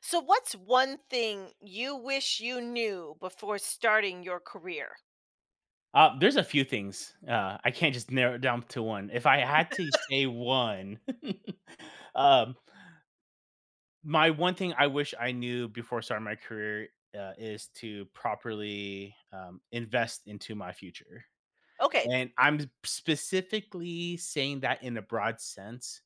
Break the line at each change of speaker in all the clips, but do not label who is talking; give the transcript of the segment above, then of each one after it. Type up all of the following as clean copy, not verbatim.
So, what's one thing you wish you knew before starting your career?
There's a few things. I can't just narrow it down to one. If I had to say one, um, my one thing I wish I knew before starting my career is to properly invest into my future.
Okay,
And I'm specifically saying that in a broad sense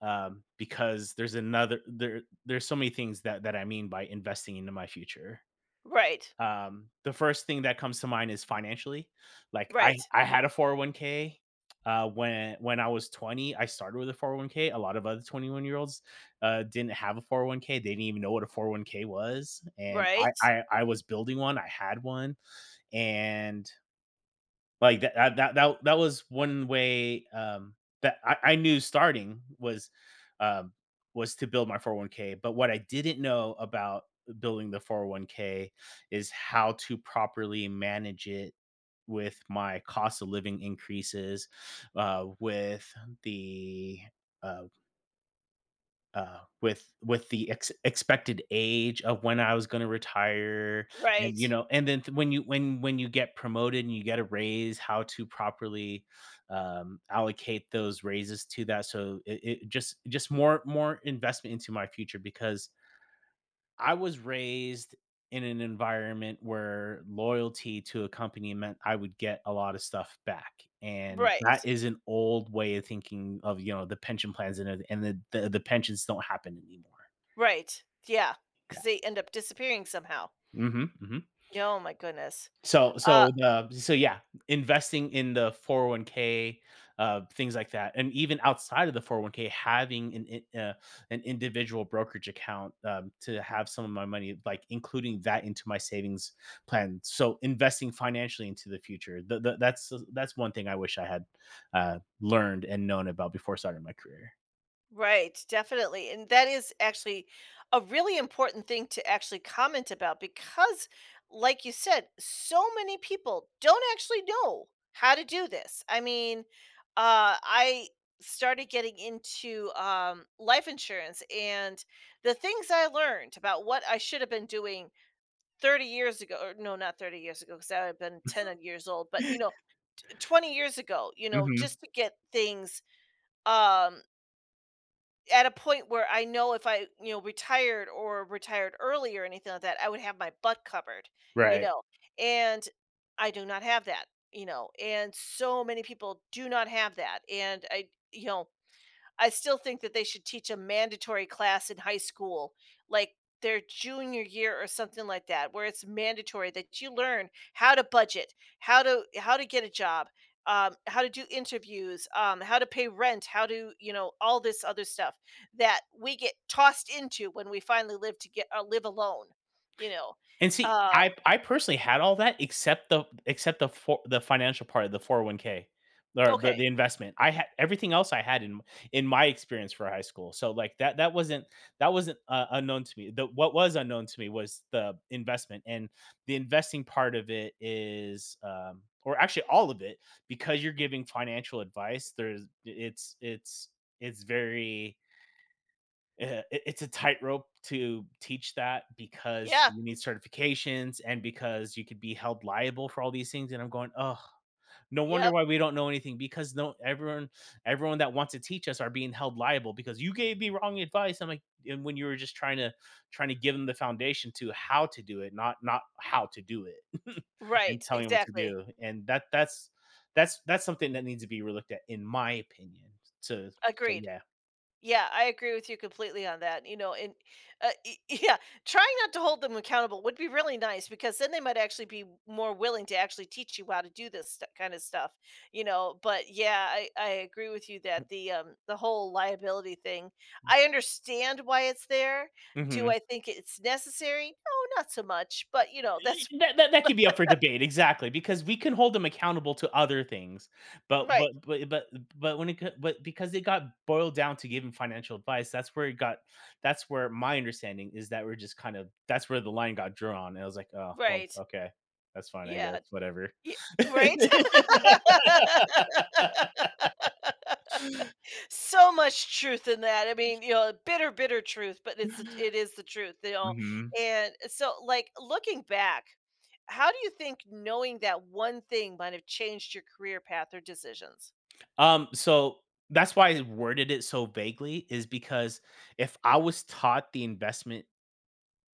because there's another there. There's so many things that I mean by investing into my future.
right,
The first thing that comes to mind is financially. Like I
right,
I had a 401k. When I was 20, I started with a 401k. A lot of other 21-year-olds didn't have a 401k. They didn't even know what a 401k was, and I,
right,
I I was building one. I had one, and like that was one way, that I knew starting um, was to build my 401k, but what I didn't know about building the 401k is how to properly manage it with my cost of living increases, uh, with the, uh with the expected age of when I was going to retire, and you
right,
know, and then when you get promoted and you get a raise, how to properly allocate those raises to that. So it just more investment into my future because I was raised in an environment where loyalty to a company meant I would get a lot of stuff back, and that
right,
is an old way of thinking of, you know, the pension plans and the pensions don't happen anymore.
right. Yeah,
Yeah.
because they end up disappearing somehow.
Mhm, mhm.
Yeah, oh my goodness.
So yeah, investing in the 401k, things like that, and even outside of the 401k, having an individual brokerage account to have some of my money, like including that into my savings plan. So investing financially into the future, that's one thing I wish I had learned and known about before starting my career.
Right, definitely. And that is actually a really important thing to actually comment about because, like you said, so many people don't actually know how to do this. I mean, I started getting into life insurance and the things I learned about what I should have been doing 30 years ago, or no, not 30 years ago, because I would have been 10 years old, but, 20 years ago,
hmm
just to get things um at a point where I know if I retired or retired early or anything like that, I would have my butt covered, you
Right.
know. And I do not have that. And so many people do not have that. And I still think that they should teach a mandatory class in high school, like their junior year or something like that, where it's mandatory that you learn how to budget, how to get a job, how to do interviews, how to pay rent, how to all this other stuff that we get tossed into when we finally live to get live alone, you know.
And see, I
Um,
I personally had all that except the for the financial part of the 401k or
okay,
the investment. I had everything else I had in my experience for high school. So like that wasn't unknown to me. The what was unknown to me was the investment and the investing part of it is or actually all of it because you're giving financial advice there's it's very Eh, it's a tightrope to teach that because
yeah,
you need certifications and because you could be held liable for all these things, and I'm going, oh, no wonder
yep,
why we don't know anything because no everyone everyone that wants to teach us are being held liable because you gave me wrong advice." I'm like, "And when you were just trying to give them the foundation to how to do it, not how to do it and
right,
telling them what to
exactly,
do." And that's something that needs to be relooked at in my opinion. So so
agreed.
yeah.
Yeah, I agree with you completely on that. And yeah, trying not to hold them accountable would be really nice because then they might actually be more willing to actually teach you how to do this kind of stuff. But yeah, I agree with you that the whole liability thing, I understand why it's there. Do
Mhm.
I think it's necessary? No, not so much. But that's
That, that could be up for debate exactly because we can hold them accountable to other things but but
right,
but but but because it got boiled down to giving financial advice that's where my understanding is that we're just kind of that's where the line got drawn and I was like, oh, well,
right,
okay, that's fine, I guess,
yeah,
whatever.
y- right. So much truth in that. I mean, bitter, bitter truth, but it's it is the truth.
Mhm.
And so, like looking back, how do you think knowing that one thing might have changed your career path or decisions?
So that's why I worded it so vaguely is because if I was taught the investment,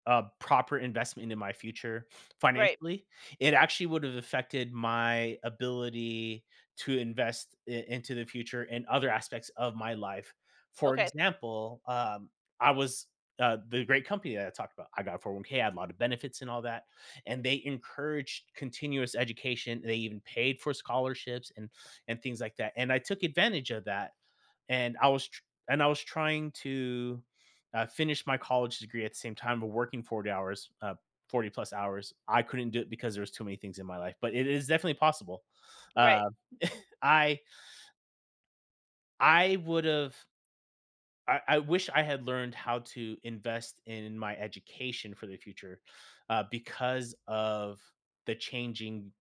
a proper investment in my future
Right.
financially, it actually would have affected my ability to into the future in other aspects of my life. For
Okay.
example, I was the great company that I talked about. I got a 401k, I had a lot of benefits and all that. And they encouraged continuous education. They even paid for scholarships and things like that. And I took advantage of that and and I was trying to finish my college degree at the same time, but working 40 hours, 40 plus hours. I couldn't do it because there was too many things in my life, but it is definitely possible.
Right.
Uh, I I would have I wish I had learned how to invest in my education for the future because of the changing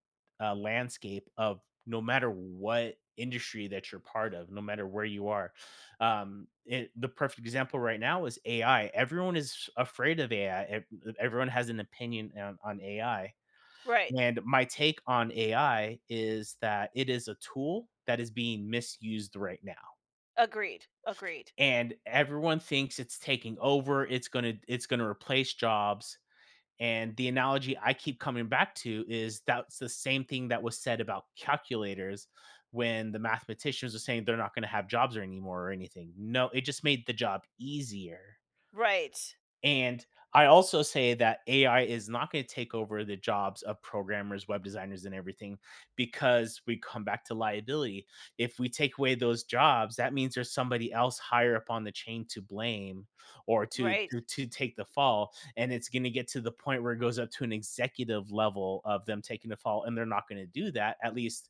landscape of no matter what industry that you're part of, no matter where you are. The perfect example right now is AI. Everyone is afraid of AI, everyone has an opinion on AI.
Right.
And my take on AI is that it is a tool that is being misused right now,
Agreed. Agreed.
and everyone thinks it's taking over. It's going to, it's going to replace jobs, and the analogy I keep coming back to is that's the same thing that was said about calculators when the mathematicians were saying they're not going to have jobs anymore or anything. No, it just made the job easier.
Right.
And I also say that AI is not going to take over the jobs of programmers, web designers, and everything because we come back to liability. If we take away those jobs, that means there's somebody else higher up on the chain to blame or to
Right.
to take the fall. And it's going to get to the point where it goes up to an executive level of them taking the fall, and they're not going to do that. At least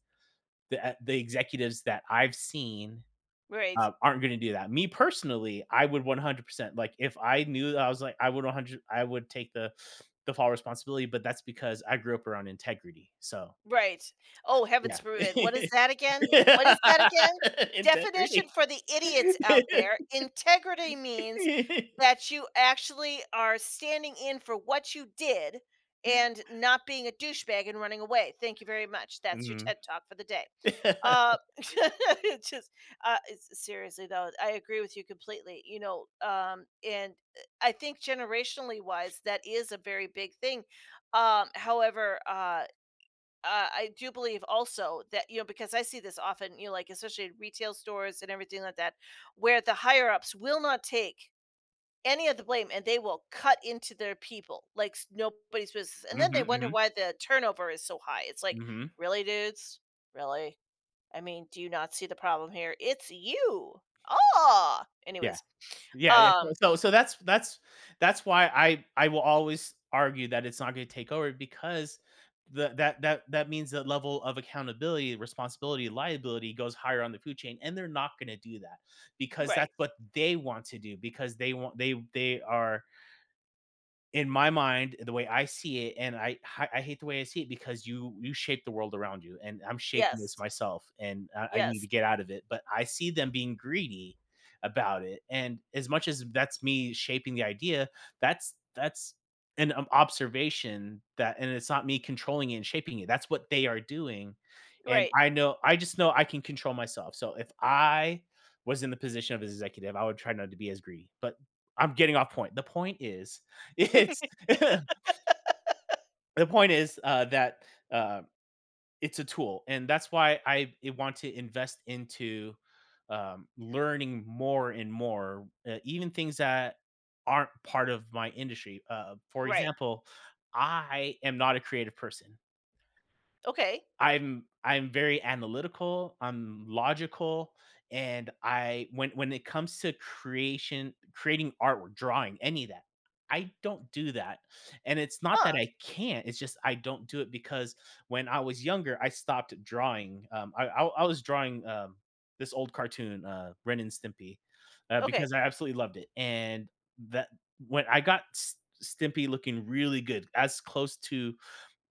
the executives that I've seen
Right.
aren't going to do that. Me personally, I would 100% like if I knew that I was like I would 100 I would take the fall responsibility, but that's because I grew up around integrity. So,
Right. Oh,
yeah.
heavens forbid. What is that again? What is that again? Definition
Integrity.
for the idiots out there, integrity means that you actually are standing in for what you did and not being a douchebag and running away. Thank you very much. That's your
Mhm.
TED Talk for the day. It's just, seriously though, I agree with you completely. You know, and I think generationally wise, that is a very big thing. However, I do believe also that because I see this often, like especially in retail stores and everything like that, where the higher ups will not take any of the blame and they will cut into their people like nobody's business, and
Mhm,
then they wonder
mhm,
why the turnover is so high. It's like,
mhm.
really, dudes, really? I mean, do you not see the problem here? It's you. Ah,
Yeah.
anyways,
Yeah, yeah. So
um,
so so that's that's why I will always argue that it's not gonna take over because the that that means that level of accountability, responsibility, liability goes higher on the food chain, and they're not gonna do that because
right?
that's what they want to do because they are, in my mind, the way I see it, and I hate the way I see it because you shape the world around you, and I'm shaping this
Yes,
myself, and I need to
yes,
get out of it, but I see them being greedy about it. And as much as that's me shaping the idea, that's an observation that, and it's not me controlling it and shaping it, that's what they are doing. And
right,
I know, I just know I can control myself, so if I was in the position of an executive, I would try not to be as greedy. But I'm getting off point. The point is it's the point is, that, uh, it's a tool, and that's why I want to invest into, learning more and more, even things that aren't part of my industry. For
right.
example, I am not a creative person.
Okay,
I'm very analytical, I'm logical, and I when it comes to creation creating artwork, drawing, any of that, I don't do that. And it's not that
huh?
I can't, it's just I don't do it because when I was younger, I stopped drawing. I was drawing this old cartoon, Ren and Stimpy,
Okay.
because I absolutely loved it. And that when I got Stimpy looking really good, as close to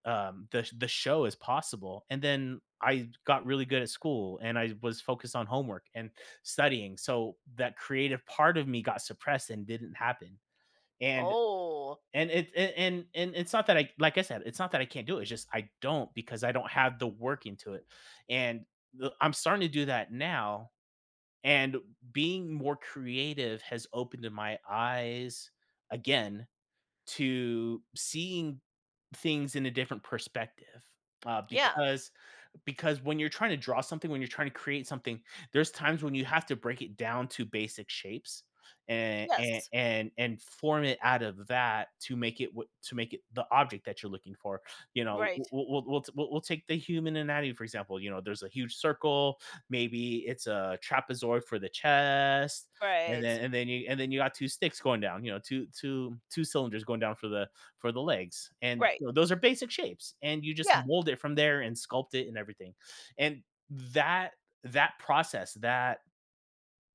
the show as possible, and then I got really good at school, and I was focused on homework and studying, so that creative part of me got suppressed and didn't happen. And
Oh,
and it's not that I like I said it's not that I can't do it, it's just I don't because I don't have the work into it. And I'm starting to do that now, and being more creative has opened my eyes again to seeing things in a different perspective, uh,
yeah,
because because when you're trying to draw something, when you're trying to create something, there's times when you have to break it down to basic shapes and
yes
and form it out of that to make it what, to make it the object that you're looking for. You know,
Right,
we'll take the human anatomy for example. You know, there's a huge circle. Maybe it's a trapezoid for the chest, and
right,
then and then you got two sticks going down. You know, two cylinders going down for the legs. And
right.
you know, those are basic shapes and you just
Yeah,
mold it from there and sculpt it and everything. And that that process, that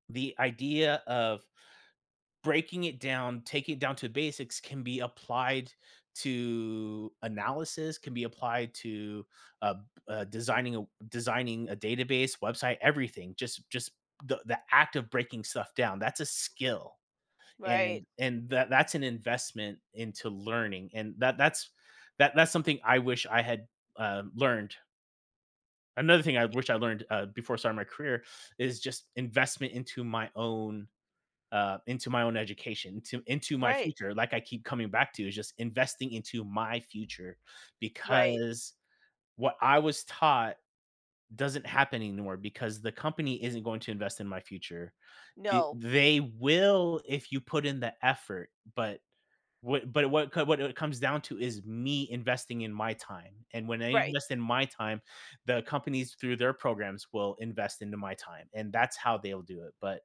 the idea of breaking it down, taking it down to basics can be applied to analysis, can be applied to uh, designing a database, website, everything. Just the act of breaking stuff down. That's a skill,
right,
and that's an investment into learning, and that's something I wish I had learned. Another thing I wish I learned before starting my career is just investment into my own, into my own education, into my
right,
future, like I keep coming back to, is just investing into my future.
right.
Because what I was taught doesn't happen anymore, because the company isn't going to invest in my future. The,
No,
they will if you put in the effort, but what it comes down to is me investing in my time, and when I
right,
invest in my time, the companies through their programs will invest into my time, and that's how they'll do it. But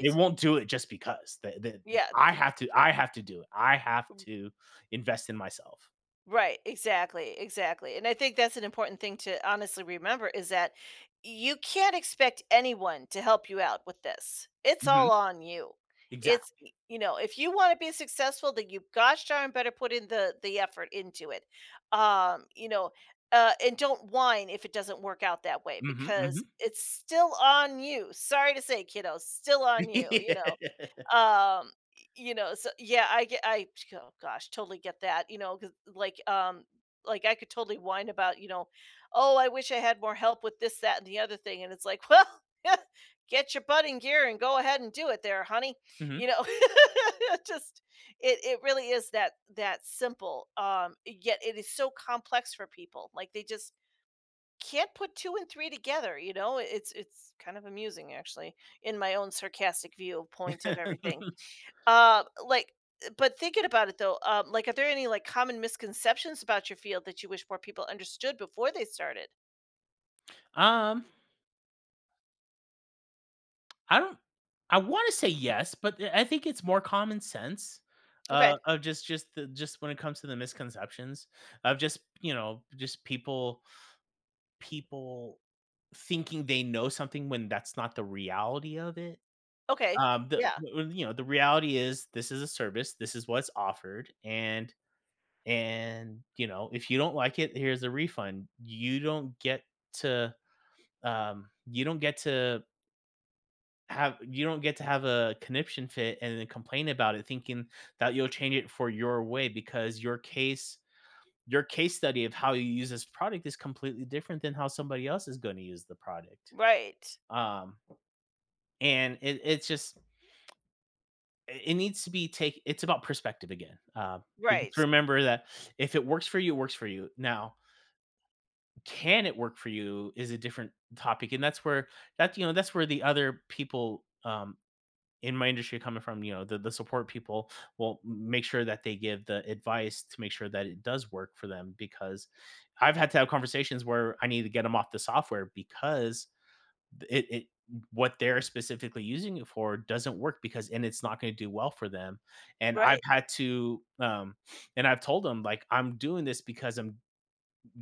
they won't do it just because that. The
Yeah.
I have to, I have to do it. I have to invest in myself.
Right, exactly, exactly. And I think that's an important thing to honestly remember is that you can't expect anyone to help you out with this. It's all
Mhm.
on you. It's
Exactly.
y- you know, if you want to be successful, then you gosh darn better put in the effort into it. Um, you know, and don't whine if it doesn't work out that way
Mhm, mhm.
because it's still on you. Sorry to say, kiddo, still on you. You
Yeah.
know, y you know, so yeah, I get I oh gosh, totally get that, cause like, um, like I could totally whine about, "Oh, I wish I had more help with this, that, and the other thing," and it's like, "Well, get your butt in gear and go ahead and do it there, honey." You
Mhm.
know? Just it really is that simple, yet it is so complex for people, like, they just can't put 2 and 3 together, you know? It's kind of amusing actually in my own sarcastic viewpoint of everything. Uh, like but thinking about it though, like, are there any, like, common misconceptions about your field that you wish more people understood before they started?
Um I don't, I wanna say yes, but I think it's more common sense,
Okay.
of just when it comes to the misconceptions of just, you know, just people thinking they know something when that's not the reality of it.
Okay.
The
Yeah.
w you know, the reality is this is a service, this is what's offered, and, you know, if you don't like it, here's a refund. You don't get to, you don't get to have a conniption fit and then complain about it thinking that you'll change it for your way, because your case study of how you use this product is completely different than how somebody else is going to use the product.
Right.
um and it's just, it needs to be take it's about perspective again, but just
Right.
remember that if it works for you, it works for you. Now, can it work for you is a different topic, and that's where that's where the other people, in my industry coming from, you know, the support people, will make sure that they give the advice to make sure that it does work for them. Because I've had to have conversations where I need to get them off the software because it what they're specifically using it for doesn't work, because and it's not going to do well for them. And I've
Right.
had to, and I've told them, like, I'm doing this because I'm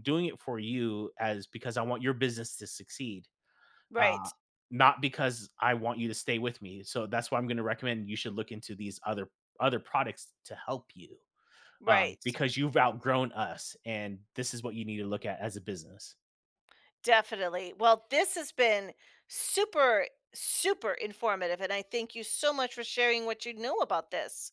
doing it for you, as because I want your business to succeed, uh,
Right.
not because I want you to stay with me. So that's why I'm gonna recommend you should look into these other products to help you,
Right.
because you've outgrown us, and this is what you need to look at as a business.
Definitely. Well, this has been super, super informative, and I thank you so much for sharing what you know about this.